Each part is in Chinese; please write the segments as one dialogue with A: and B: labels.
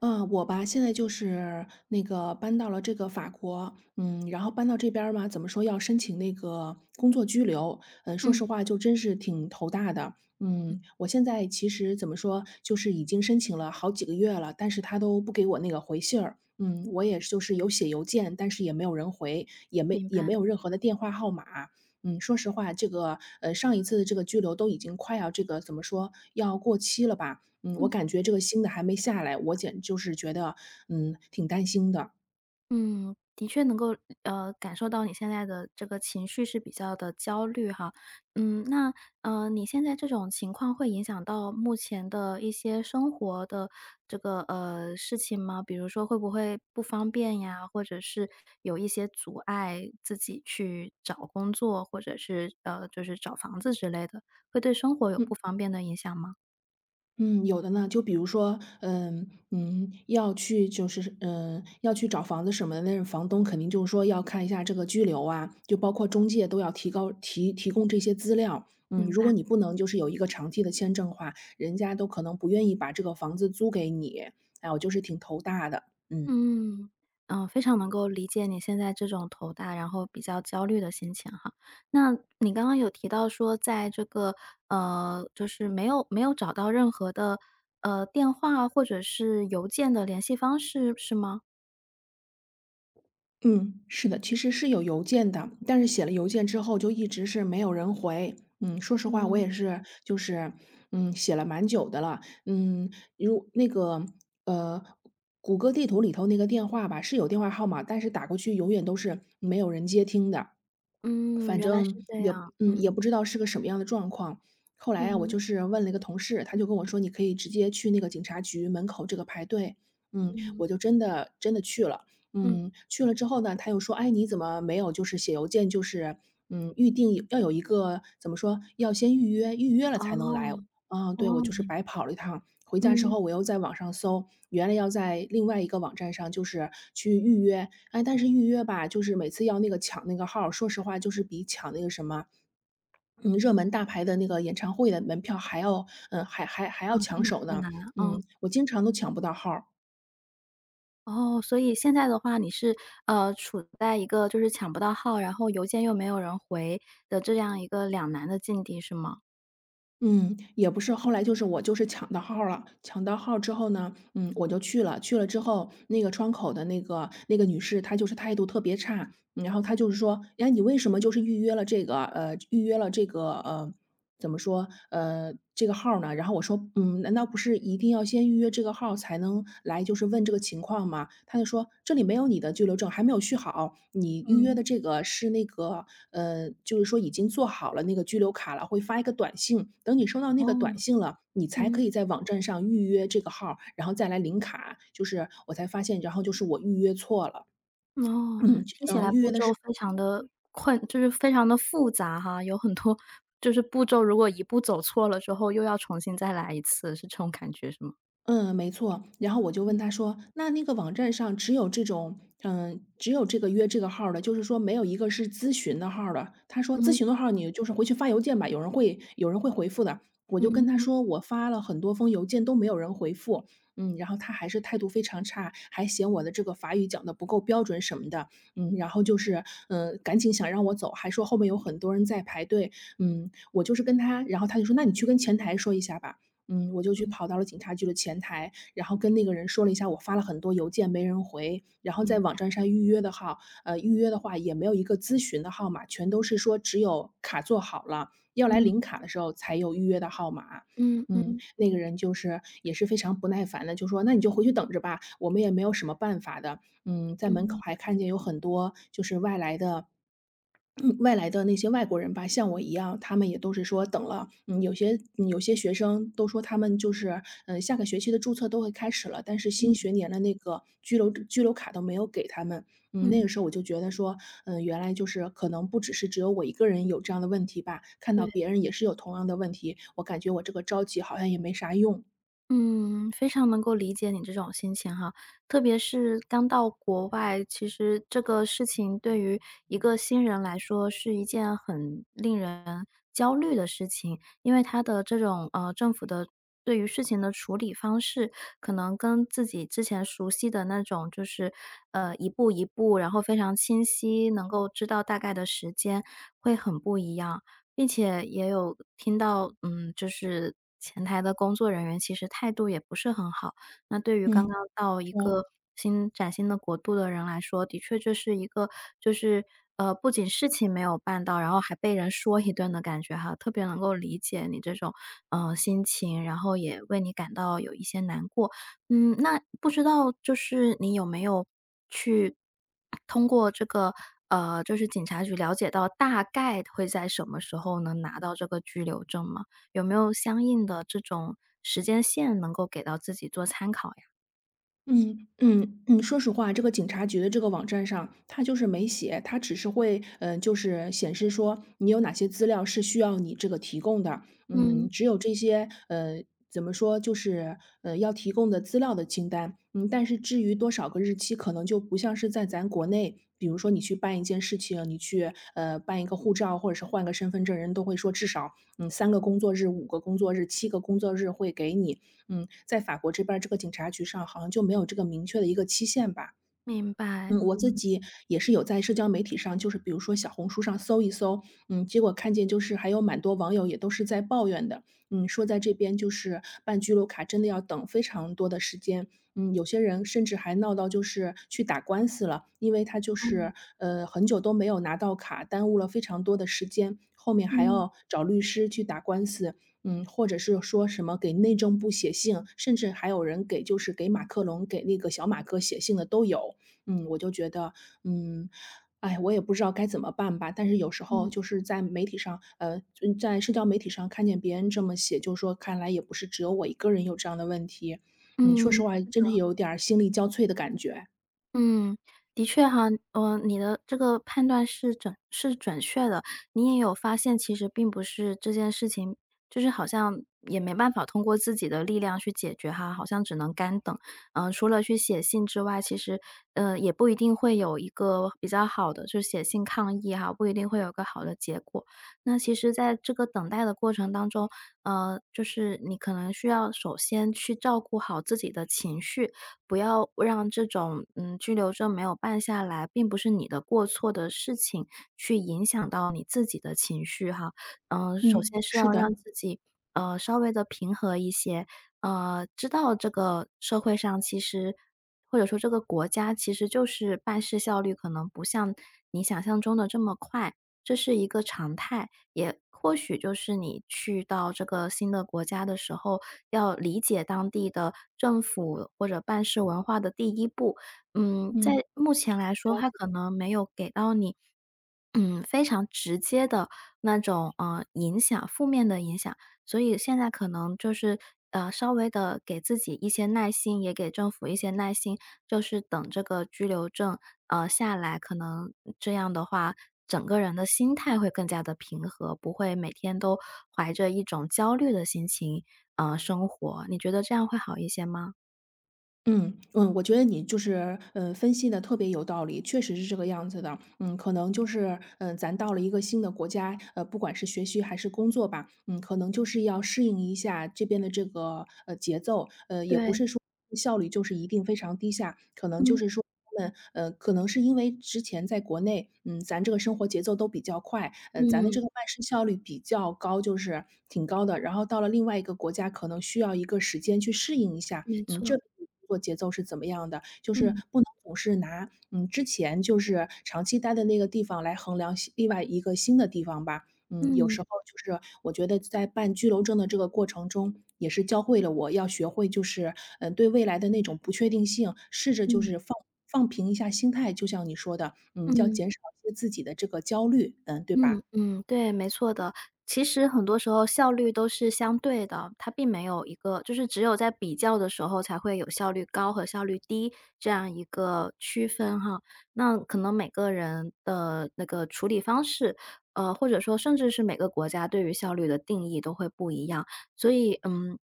A: 嗯，我吧，现在就是那个搬到了这个法国，然后搬到这边儿嘛，怎么说要申请那个工作居留，说
B: 嗯，
A: 实话就真是挺头大的。我现在其实怎么说，就是已经申请了好几个月了，但是他都不给我那个回信儿。嗯，我也是就是有写邮件，但是也没有人回，也没
B: 明
A: 也
B: 白。
A: 没有任何的电话号码。说实话，这个上一次的这个居留都已经快要这个怎么说要过期了吧。我
B: 嗯
A: 感觉这个新的还没下来，就是觉得，挺担心的。
B: 嗯，的确能够感受到你现在的这个情绪是比较的焦虑哈。嗯，那你现在这种情况会影响到目前的一些生活的这个事情吗？比如说会不会不方便呀，或者是有一些阻碍自己去找工作，或者是就是找房子之类的，会对生活有不
A: 嗯
B: 方便的影响吗？
A: 嗯，有的呢，就比如说，要去就是要去找房子什么的。那房东肯定就是说要看一下这个居留啊，就包括中介都要提高提提供这些资料。嗯，
B: 明
A: 如果
B: 白。
A: 你不能就是有一个长期的签证的话，人家都可能不愿意把这个房子租给你。哎，我就是挺头大的。嗯。
B: 嗯，非常能够理解你现在这种头大，然后比较焦虑的心情哈。那你刚刚有提到说，在这个就是没有找到任何的电话或者是邮件的联系方式，是吗？
A: 嗯，是的，其实是有邮件的，但是写了邮件之后就一直是没有人回。嗯，说实话，我
B: 嗯
A: 也是，就是，写了蛮久的了。嗯，如那个，呃，谷歌地图里头那个电话吧，是有电话号码，但是打过去永远都是没有人接听的。
B: 嗯，
A: 反
B: 原来
A: 正
B: 是这样。
A: 也
B: 嗯
A: 不知道是个什么样的状况。后
B: 嗯
A: 来啊，我
B: 嗯
A: 就是问了一个同事，他就跟我说："你可以直接去那个警察局门口这个排队。"
B: 嗯，
A: 我就真的真的去了。
B: 嗯
A: 去了之后呢，他又说："哎，你怎么没有就是写邮件，就是预定要有一个怎么说，要先预约，预约了才能来。"
B: 哦
A: 啊，对，我
B: 哦，
A: 就是
B: 明
A: 白跑了一趟。回家之
B: 嗯，
A: 后，我又在网上搜，原来要在另外一个网站上就是去预约。哎，但是预约吧，就是每次要那个抢那个号儿说实话就是比抢那个什么，热门大牌的那个演唱会的门票还要，还
B: 哦，
A: 要
B: 这
A: 抢
B: 么
A: 手
B: 困
A: 呢。
B: 难，啊。嗯
A: 我经常都抢不到号儿。
B: 哦，所以现在的话，你是，处在一个就是抢不到号，然后邮件又没有人回的这样一个两难的境地，是吗？
A: 嗯，也不是，后来就是我就是抢到号儿了，抢到号儿之后呢，我就去了，去了之后，那个窗口的那个女士，她就是态度特别差。嗯然后她就是说："哎，你为什么就是预约了这个，怎么说，这个号儿呢？"然后我说："难道不是一定要先预约这个号儿才能来就是问这个情况吗？"他就说："这里没有你的居留证，还没有续好，你预约
B: 嗯。
A: 的这个是那个就是说已经做好了那个居留卡了，会发一个短信，等你收到那个
B: 哦，
A: 短信了，你才可
B: 嗯，
A: 以在网站上预约这个号儿然后再来领卡。"就是我才发现，然后就是我预约错了。
B: 哦，听起来
A: 预
B: 步
A: 约的
B: 骤
A: 是。
B: 非常的就是非常的复杂哈，有很多就是步骤如果一步走错了之后，又要重新再来一次，是这种感觉是吗？
A: 嗯，没错。然后我就问
B: 嗯，
A: 他说："那个网站上只有这种，只有这个约这个号儿的，就是说没有一个是咨询的号儿的。"他说："咨
B: 嗯，
A: 询的号儿你就是回去发邮件吧，有人会回复的。"我就
B: 嗯，
A: 跟他
B: 嗯，
A: 说："我发了很多封邮件都没有人回复。"然后他还是态度非常差，还嫌我的这个法语讲的不够标准什么的。嗯，然后就是，赶紧想让我走，还说后面有很多人在排队。我就是跟他，然后他就说："那你去跟前台说一下吧。"我就去
B: 嗯，
A: 跑到了警察局的前台，然后跟那个人说了一下，我发了很多邮件没人回，然后
B: 明
A: 在
B: 白，
A: 网站上预约的号，预约的话也没有一个咨询的号码，全都是说只有卡做好了，要来
B: 嗯，
A: 领卡的时候才有预约的号码。
B: 嗯，嗯，
A: 那个人就是也是非常不耐烦的，就说："那你就回去等着吧，我们也没有什么办法的。"在门口
B: 嗯，
A: 还看见有很多就是外来的那些外国人吧，像我一样，他们也都是说等了。嗯，有些学生都说他们就是，下个学期的注册都会开始了，但是新
B: 嗯，
A: 学年的那个居留卡都没有给他们。那
B: 嗯，
A: 个时候我就觉得说，原来就是可能不只是只有我一个人有这样的问题吧，看到
B: 对。
A: 别人也是有同样的问题，我感觉我这个着急好像也没啥用。
B: 嗯，非常能够理解你这种心情哈，特别是刚到国外，其实这个事情对于一个新人来说是一件很令人焦虑的事情，因为他的这种政府的对于事情的处理方式，可能跟自己之前熟悉的那种就是一步一步，然后非常清晰，能够知道大概的时间会很不一样。并且也有听到，嗯，就是前台的工作人员其实态度也不是很好。那对于刚
A: 嗯，
B: 刚到一
A: 我。
B: 个崭新的国度的人来说，的确这是一个就是不仅事情没有办到，然后还被人说一顿的感觉哈，特别能够理解你这种心情，然后也为你感到有一些难过。嗯，那不知道就是你有没有去通过这个就是警察局了解到大概会在什么时候能拿到这个居留证吗？有没有相应的这种时间线能够给到自己做参考呀？
A: 嗯，说实话，这个警察局的这个网站上，它就是没写，它只是会，就是显示说你有哪些资料是需要你这个提供的。
B: 嗯，
A: 只有这些，怎么说，就是要提供的资料的清单。嗯，但是至于多少个日期，可能就不像是在咱国内，比如说你去办一件事情，你去办一个护照或者是换个身份证，人都会说至少3个工作日、5个工作日、7个工作日会给你。在法国这边儿这个警察局上好像就没有这个明确的一个期限吧。
B: 明白，
A: 嗯，我自己也是有在社交媒体上，就是比如说小红书上搜一搜。结果看见就是还有蛮多网友也都是在抱怨的，说在这边就是办居留卡真的要等非常多的时间。有些人甚至还闹到就是去打官司了，因为他就
B: 嗯
A: 是很久都没有拿到卡，耽误了非常多的时间，后面还
B: 嗯，
A: 要找律师去打官司。或者是说什么给内政部写信，甚至还有人给就是给马克龙给那个小马哥写信的都有。我就觉得，嗯，哎，我也不知道该怎么办吧。但是有时候
B: 嗯，
A: 就是在媒体上，就在社交媒体上看见别人这么写，就说看来也不是只有我一个人有这样的问题。说
B: 嗯，
A: 实话，
B: 是
A: 真是
B: 的。
A: 有点儿心力交瘁的感觉。
B: 嗯，的确哈，呃，你的这个判断是准确的。你也有发现，其实并不是这件事情，就是好像也没办法通过自己的力量去解决哈，好像只能干等。嗯、除了去写信之外，其实也不一定会有一个比较好的，就是写信抗议哈，不一定会有一个好的结果。那其实，在这个等待的过程当中，就是你可能需要首先去照顾好自己的情绪，不要让这种，嗯，拘留证没有办下来，并不是你的过错的事情，去影响到你自己的情绪哈。嗯，首
A: 嗯，
B: 先是要
A: 是的，
B: 让自己，稍微的平和一些，知道这个社会上其实或者说这个国家其实就是办事效率可能不像你想象中的这么快，这是一个常态，也或许就是你去到这个新的国家的时候，要理解当地的政府或者办事文化的第一步。嗯，在
A: 嗯。
B: 目前来说，
A: 了。
B: 它可能没有给到你，嗯，非常直接的那种，负面的影响。所以现在可能就是，稍微的给自己一些耐心，也给政府一些耐心，就是等这个居留证，下来，可能这样的话，整个人的心态会更加的平和，不会每天都怀着一种焦虑的心情，生活。你觉得这样会好一些吗？
A: 嗯，我觉得你就是，分析的特别有道理，确实是这个样子的。嗯，可能就是，咱到了一个新的国家，不管是学习还是工作吧，可能就是要适应一下这边的这个，节奏。也不
B: 对，
A: 是说效率就是一定非常低下，可能就
B: 嗯，
A: 是说他们，可能是因为之前在国内，咱这个生活节奏都比较快，咱的
B: 嗯，
A: 这个办事效率比较高，就是挺高的。然后到了另外一个国家，可能需要一个时间去适应一下，
B: 没错，
A: 这作节奏是怎么样的，就是
B: 嗯，
A: 不能总是拿，之前就是长期待的那个地方来衡量另外一个新的地方吧。嗯，有
B: 嗯，
A: 时候就是我觉得在办居留证的这个过程中，也是教会了我要学会就是，对未来的那种不确定性，试着就
B: 嗯，
A: 是放平一下心态，就像你说的，要
B: 嗯。
A: 减少一些自己的这个焦虑，对吧？
B: 嗯嗯，对，没错的。其实很多时候效率都是相对的，它并没有一个，就是只有在比较的时候才会有效率高和效率低这样一个区分哈。那可能每个人的那个处理方式，或者说甚至是每个国家对于效率的定义都会不一样，所以嗯，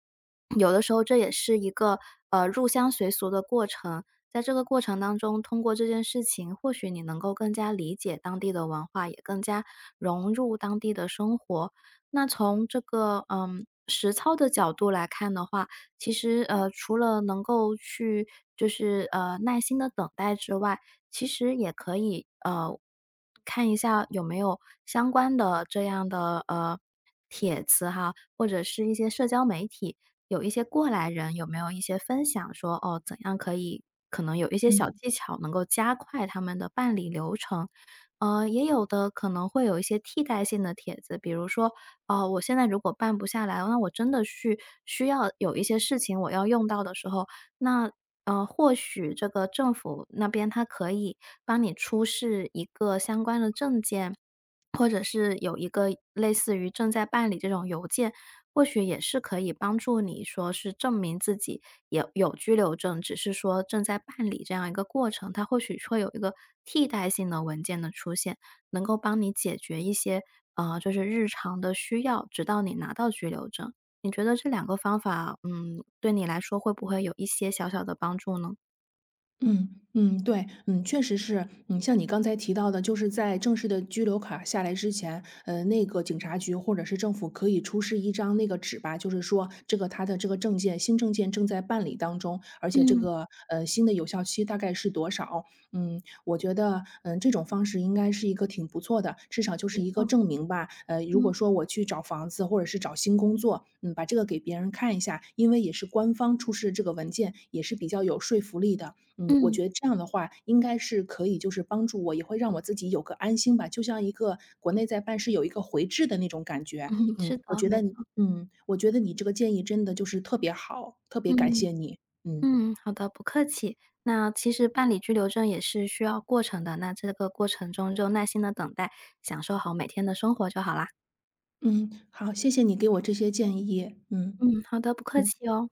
B: 有的时候这也是一个入乡随俗的过程。在这个过程当中，通过这件事情，或许你能够更加理解当地的文化，也更加融入当地的生活。那从这个嗯实操的角度来看的话，其实除了能够去耐心的等待之外，其实也可以看一下有没有相关的这样的帖子哈，或者是一些社交媒体。有一些过来人有没有一些分享说，哦，怎样可以可能有一些小
A: 嗯。
B: 技巧能够加快他们的办理流程。呃，也有的可能会有一些替代性的帖子，比如说，哦，我现在如果办不下来，那我真的是需要有一些事情我要用到的时候，那或许这个政府那边它可以帮你出示一个相关的证件，或者是有一个类似于正在办理这种邮件，或许也是可以帮助你说是证明自己也有居留证，只是说正在办理这样一个过程，它或许会有一个替代性的文件的出现，能够帮你解决一些，就是日常的需要，直到你拿到居留证。你觉得这两个方法，嗯，对你来说会不会有一些小小的帮助呢？
A: 嗯嗯，对，确实是，像你刚才提到的，就是在正式的居留卡下来之前，那个警察局或者是政府可以出示一张那个纸吧，就是说这个他的这个证件，新证件正在办理当中，而且这
B: 嗯，
A: 个新的有效期大概是多少？我觉得这种方式应该是一个挺不错的，至少就
B: 没
A: 是一个
B: 错，
A: 证明吧。如果
B: 嗯，
A: 说我去找房子或者是找新工作，把这个给别人看一下，因为也是官方出示这个文件，也是比较有说服力的。我
B: 嗯，
A: 觉得这样的话应该是可以就是帮助我，也会让我自己有个安心吧，就像一个国内在办事有一个回执的那种感
B: 嗯，
A: 觉。嗯，
B: 是的，
A: 我觉
B: 没
A: 得你
B: 错，
A: 嗯，我觉得你这个建议真的就是特别好，特别感
B: 嗯。
A: 谢你。嗯。
B: 嗯，好的，不客气。那其实办理居留证也是需要过程的，那这个过程中就耐心的等待，享受好每天的生活就好啦。
A: 嗯，好，谢谢你给我这些建议。嗯，
B: 嗯，好的，不客
A: 嗯。
B: 气哦。